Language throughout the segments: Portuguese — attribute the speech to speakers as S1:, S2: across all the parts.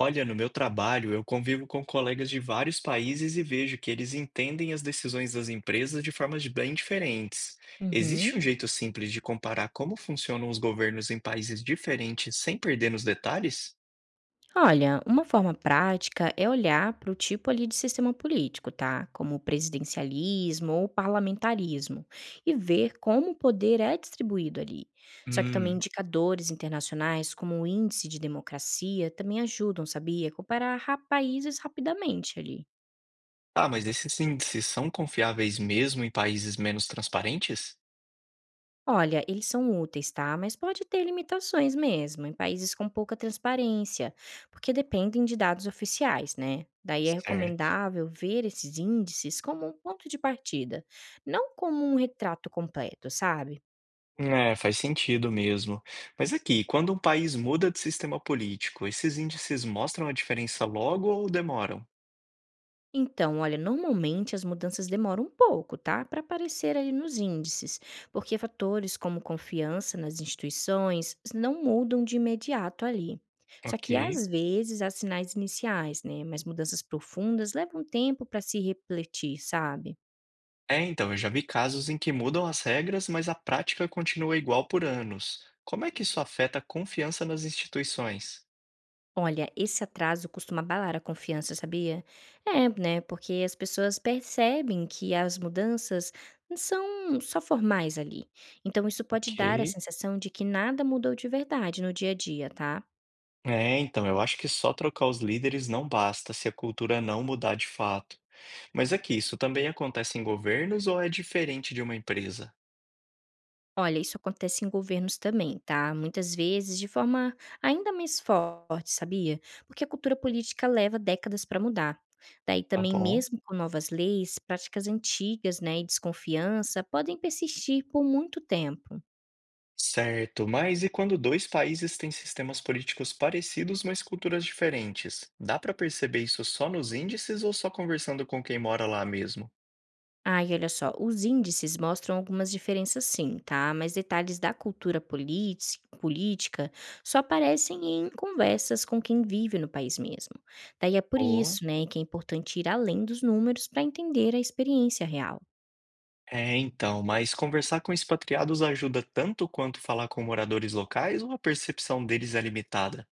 S1: Olha, no meu trabalho, eu convivo com colegas de vários países e vejo que eles entendem as decisões das empresas de formas bem diferentes.
S2: Uhum.
S1: Existe um jeito simples de comparar como funcionam os governos em países diferentes sem perder nos detalhes?
S2: Olha, uma forma prática é olhar para o tipo ali de sistema político, tá? Como o presidencialismo ou o parlamentarismo, e ver como o poder é distribuído ali. Só que também
S1: Hum.
S2: indicadores internacionais, como o índice de democracia, também ajudam, sabia? Comparar países rapidamente ali.
S1: Ah, mas esses índices são confiáveis mesmo em países menos transparentes?
S2: Olha, eles são úteis, tá? Mas pode ter limitações mesmo, em países com pouca transparência, porque dependem de dados oficiais, né? Daí é
S1: Certo.
S2: recomendável ver esses índices como um ponto de partida, não como um retrato completo, sabe?
S1: É, faz sentido mesmo. Mas aqui, quando um país muda de sistema político, esses índices mostram a diferença logo ou demoram?
S2: Então, olha, normalmente as mudanças demoram um pouco, tá? Para aparecer ali nos índices, porque fatores como confiança nas instituições não mudam de imediato ali. Só
S1: Ok.
S2: que às vezes há sinais iniciais, né? Mas mudanças profundas levam tempo para se refletir, sabe?
S1: É, então, eu já vi casos em que mudam as regras, mas a prática continua igual por anos. Como é que isso afeta a confiança nas instituições?
S2: Olha, esse atraso costuma abalar a confiança, sabia? É, né? Porque as pessoas percebem que as mudanças são só formais ali. Então, isso pode dar a
S1: Ok.
S2: sensação de que nada mudou de verdade no dia a dia, tá?
S1: É, então, eu acho que só trocar os líderes não basta se a cultura não mudar de fato. Mas aqui, isso também acontece em governos ou é diferente de uma empresa?
S2: Olha, isso acontece em governos também, tá? Muitas vezes de forma ainda mais forte, sabia? Porque a cultura política leva décadas para mudar. Daí
S1: Tá
S2: também,
S1: bom.
S2: mesmo com novas leis, práticas antigas, né, e desconfiança podem persistir por muito tempo.
S1: Certo, mas e quando dois países têm sistemas políticos parecidos, mas culturas diferentes? Dá para perceber isso só nos índices ou só conversando com quem mora lá mesmo?
S2: Ah, e olha só, os índices mostram algumas diferenças sim, tá? Mas detalhes da cultura política só aparecem em conversas com quem vive no país mesmo. Daí é por
S1: Boa.
S2: isso, né, que é importante ir além dos números para entender a experiência real.
S1: É, então, mas conversar com expatriados ajuda tanto quanto falar com moradores locais ou a percepção deles é limitada?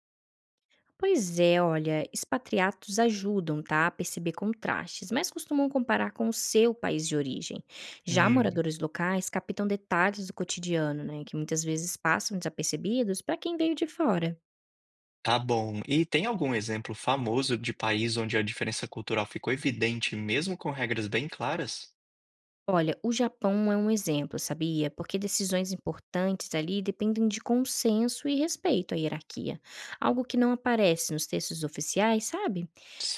S2: Pois é, olha, expatriatos ajudam, tá, a perceber contrastes, mas costumam comparar com o seu país de origem. Já
S1: Hum,
S2: moradores locais captam detalhes do cotidiano, né, que muitas vezes passam desapercebidos para quem veio de fora.
S1: tá bom. E tem algum exemplo famoso de país onde a diferença cultural ficou evidente mesmo com regras bem claras?
S2: Olha, o Japão é um exemplo, sabia? Porque decisões importantes ali dependem de consenso e respeito à hierarquia, algo que não aparece nos textos oficiais, sabe?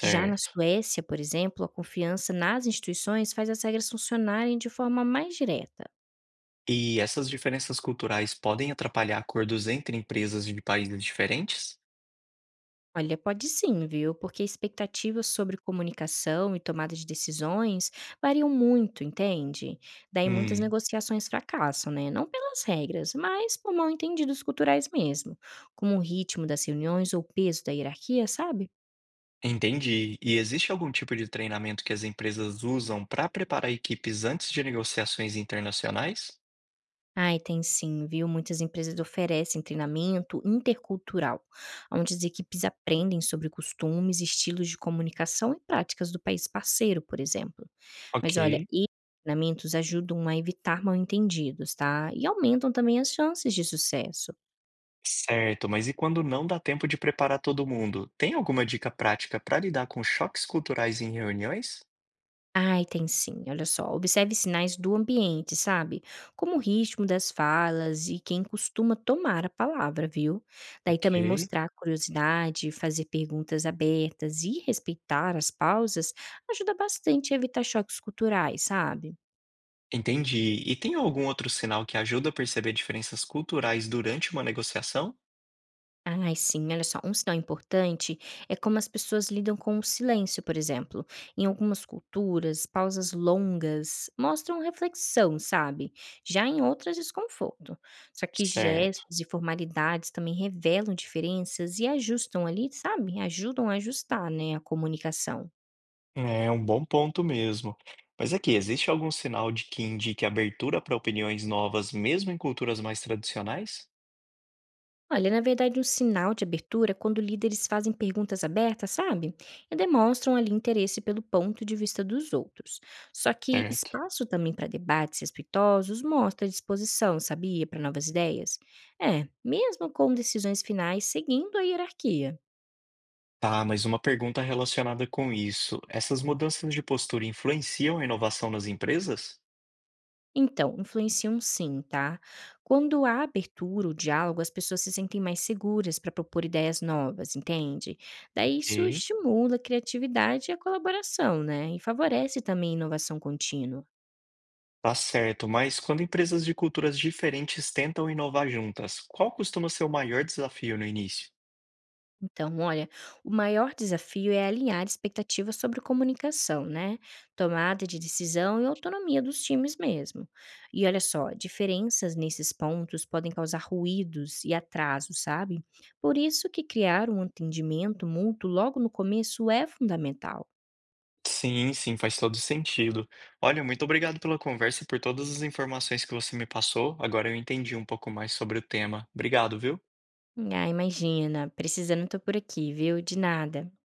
S2: Já na Suécia, por exemplo, a confiança nas instituições faz as regras funcionarem de forma mais direta.
S1: E essas diferenças culturais podem atrapalhar acordos entre empresas de países diferentes?
S2: Olha, pode sim, viu? Porque expectativas sobre comunicação e tomada de decisões variam muito, entende? Daí muitas
S1: Hum,
S2: negociações fracassam, né? Não pelas regras, mas por mal-entendidos culturais mesmo, como o ritmo das reuniões ou o peso da hierarquia, sabe?
S1: entendi. E existe algum tipo de treinamento que as empresas usam para preparar equipes antes de negociações internacionais?
S2: Ai, tem sim, viu? Muitas empresas oferecem treinamento intercultural, onde as equipes aprendem sobre costumes, estilos de comunicação e práticas do país parceiro, por exemplo. Mas olha,
S1: Ok.
S2: e treinamentos ajudam a evitar mal-entendidos, tá? E aumentam também as chances de sucesso.
S1: Certo, mas e quando não dá tempo de preparar todo mundo? Tem alguma dica prática para lidar com choques culturais em reuniões?
S2: Ai, tem sim, olha só. Observe sinais do ambiente, sabe? Como o ritmo das falas e quem costuma tomar a palavra, viu? Daí
S1: Ok,
S2: também mostrar curiosidade, fazer perguntas abertas e respeitar as pausas ajuda bastante a evitar choques culturais, sabe?
S1: entendi. E tem algum outro sinal que ajuda a perceber diferenças culturais durante uma negociação?
S2: Ai, sim, olha só, um sinal importante é como as pessoas lidam com o silêncio, por exemplo. Em algumas culturas, pausas longas mostram reflexão, sabe? Já em outras, desconforto. Só que
S1: Certo.
S2: gestos e formalidades também revelam diferenças e ajustam ali, sabe? Ajudam a ajustar, né, a comunicação.
S1: É um bom ponto mesmo. Mas aqui, existe algum sinal de que indique abertura para opiniões novas, mesmo em culturas mais tradicionais?
S2: Olha, na verdade, um sinal de abertura é quando líderes fazem perguntas abertas, sabe? E demonstram ali interesse pelo ponto de vista dos outros. Só que
S1: Certo.
S2: espaço também para debates respeitosos mostra disposição, sabia, para novas ideias? É, mesmo com decisões finais seguindo a hierarquia.
S1: Tá, mas uma pergunta relacionada com isso. Essas mudanças de postura influenciam a inovação nas empresas?
S2: Então, influenciam sim, tá? Quando há abertura, o diálogo, as pessoas se sentem mais seguras para propor ideias novas, entende? Daí isso
S1: Ok.
S2: estimula a criatividade e a colaboração, né? E favorece também a inovação contínua.
S1: Tá certo, mas quando empresas de culturas diferentes tentam inovar juntas, qual costuma ser o maior desafio no início?
S2: Então, olha, o maior desafio é alinhar expectativas sobre comunicação, né? Tomada de decisão e autonomia dos times mesmo. E olha só, diferenças nesses pontos podem causar ruídos e atrasos, sabe? Por isso que criar um entendimento mútuo logo no começo é fundamental.
S1: Sim, sim, faz todo sentido. Olha, muito obrigado pela conversa e por todas as informações que você me passou. Agora eu entendi um pouco mais sobre o tema. Obrigado, viu?
S2: Ah, imagina, precisando tô por aqui, viu? De nada.